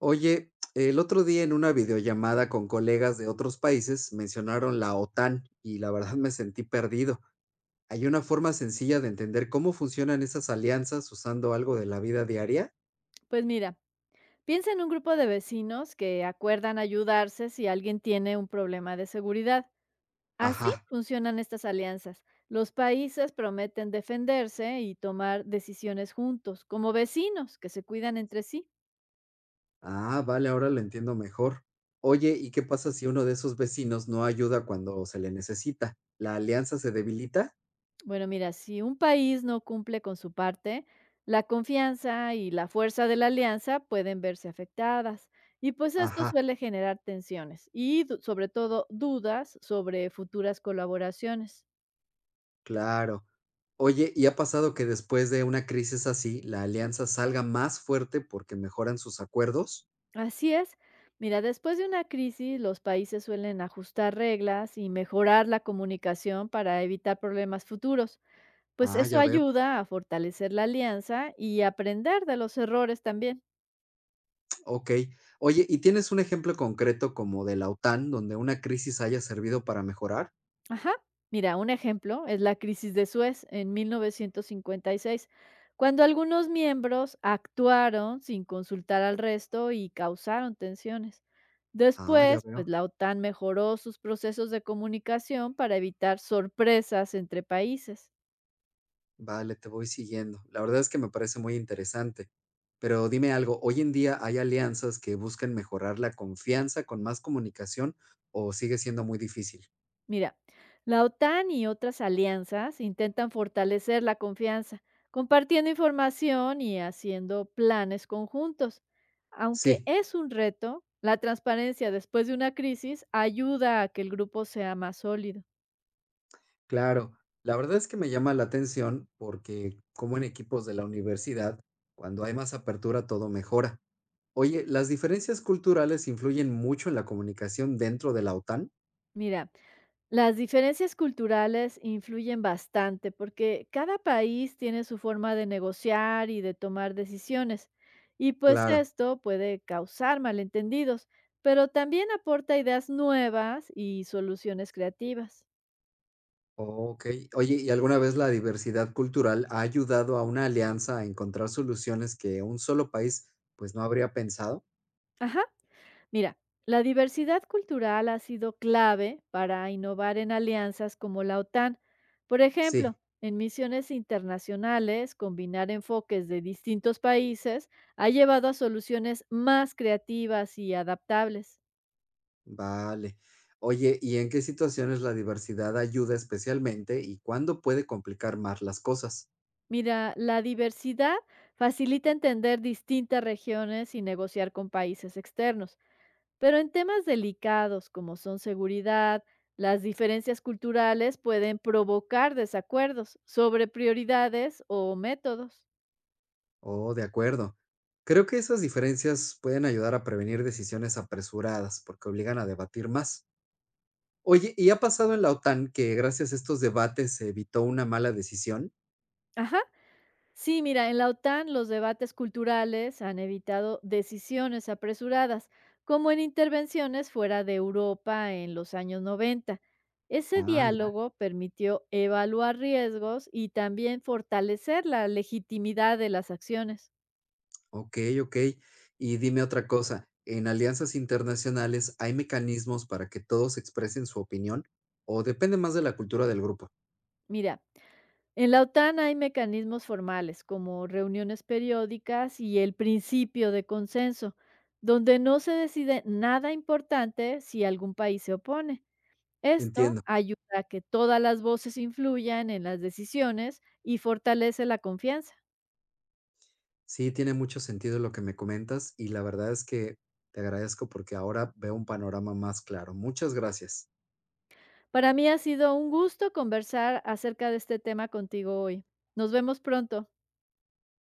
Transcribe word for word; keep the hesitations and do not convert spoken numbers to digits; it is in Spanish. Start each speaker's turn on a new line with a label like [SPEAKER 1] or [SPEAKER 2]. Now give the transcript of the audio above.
[SPEAKER 1] Oye, el otro día en una videollamada con colegas de otros países mencionaron la OTAN y la verdad me sentí perdido. ¿Hay una forma sencilla de entender cómo funcionan esas alianzas usando algo de la vida diaria?
[SPEAKER 2] Pues mira, piensa en un grupo de vecinos que acuerdan ayudarse si alguien tiene un problema de seguridad. Así
[SPEAKER 1] Ajá.
[SPEAKER 2] funcionan estas alianzas. Los países prometen defenderse y tomar decisiones juntos, como vecinos que se cuidan entre sí.
[SPEAKER 1] Ah, vale, ahora lo entiendo mejor. Oye, ¿y qué pasa si uno de esos vecinos no ayuda cuando se le necesita? ¿La alianza se debilita?
[SPEAKER 2] Bueno, mira, si un país no cumple con su parte, la confianza y la fuerza de la alianza pueden verse afectadas. Y pues esto
[SPEAKER 1] Ajá,
[SPEAKER 2] suele generar tensiones y du- sobre todo dudas sobre futuras colaboraciones.
[SPEAKER 1] claro. Oye, ¿y ha pasado que después de una crisis así, la alianza salga más fuerte porque mejoran sus acuerdos?
[SPEAKER 2] Así es. Mira, después de una crisis, los países suelen ajustar reglas y mejorar la comunicación para evitar problemas futuros. Pues
[SPEAKER 1] Ah,
[SPEAKER 2] eso
[SPEAKER 1] ya veo.
[SPEAKER 2] ayuda a fortalecer la alianza y aprender de los errores también.
[SPEAKER 1] Okey. Oye, ¿y tienes un ejemplo concreto como de la OTAN, donde una crisis haya servido para mejorar?
[SPEAKER 2] Ajá. Mira, un ejemplo es la crisis de Suez en mil novecientos cincuenta y seis, cuando algunos miembros actuaron sin consultar al resto y causaron tensiones.
[SPEAKER 1] Ah, ya
[SPEAKER 2] Después,
[SPEAKER 1] veo.
[SPEAKER 2] pues la OTAN mejoró sus procesos de comunicación para evitar sorpresas entre países.
[SPEAKER 1] Vale, te voy siguiendo. La verdad es que me parece muy interesante. Pero dime algo, ¿hoy en día hay alianzas que buscan mejorar la confianza con más comunicación o sigue siendo muy difícil?
[SPEAKER 2] Mira, la OTAN y otras alianzas intentan fortalecer la confianza, compartiendo información y haciendo planes conjuntos. Aunque
[SPEAKER 1] Sí,
[SPEAKER 2] es un reto, la transparencia después de una crisis ayuda a que el grupo sea más sólido.
[SPEAKER 1] claro. La verdad es que me llama la atención porque, como en equipos de la universidad, cuando hay más apertura todo mejora. Oye, ¿las diferencias culturales influyen mucho en la comunicación dentro de la OTAN?
[SPEAKER 2] Mira, las diferencias culturales influyen bastante porque cada país tiene su forma de negociar y de tomar decisiones. Y pues
[SPEAKER 1] Claro.
[SPEAKER 2] esto puede causar malentendidos, pero también aporta ideas nuevas y soluciones creativas.
[SPEAKER 1] Ok. Oye, ¿y alguna vez la diversidad cultural ha ayudado a una alianza a encontrar soluciones que un solo país pues no habría pensado?
[SPEAKER 2] Ajá. Mira, la diversidad cultural ha sido clave para innovar en alianzas como la OTAN. Por
[SPEAKER 1] Sí,
[SPEAKER 2] ejemplo, en misiones internacionales, combinar enfoques de distintos países ha llevado a soluciones más creativas y adaptables.
[SPEAKER 1] vale. Oye, ¿y en qué situaciones la diversidad ayuda especialmente y cuándo puede complicar más las cosas?
[SPEAKER 2] Mira, la diversidad facilita entender distintas regiones y negociar con países externos. Pero en temas delicados como son seguridad, las diferencias culturales pueden provocar desacuerdos sobre prioridades o métodos.
[SPEAKER 1] Oh, de acuerdo. Creo que esas diferencias pueden ayudar a prevenir decisiones apresuradas porque obligan a debatir más. Oye, ¿y ha pasado en la OTAN que gracias a estos debates se evitó una mala decisión?
[SPEAKER 2] Ajá. Sí, mira, en la OTAN los debates culturales han evitado decisiones apresuradas, como en intervenciones fuera de Europa en los años noventa. Ese
[SPEAKER 1] Ah, ya.
[SPEAKER 2] diálogo permitió evaluar riesgos y también fortalecer la legitimidad de las acciones.
[SPEAKER 1] Okey, okey. Y dime otra cosa, ¿en alianzas internacionales hay mecanismos para que todos expresen su opinión o depende más de la cultura del grupo?
[SPEAKER 2] Mira, en la OTAN hay mecanismos formales como reuniones periódicas y el principio de consenso, donde no se decide nada importante si algún país se opone. Esto
[SPEAKER 1] Entiendo.
[SPEAKER 2] ayuda a que todas las voces influyan en las decisiones y fortalece la confianza.
[SPEAKER 1] Sí, tiene mucho sentido lo que me comentas y la verdad es que te agradezco porque ahora veo un panorama más claro. Muchas gracias.
[SPEAKER 2] Para mí ha sido un gusto conversar acerca de este tema contigo hoy. Nos vemos pronto.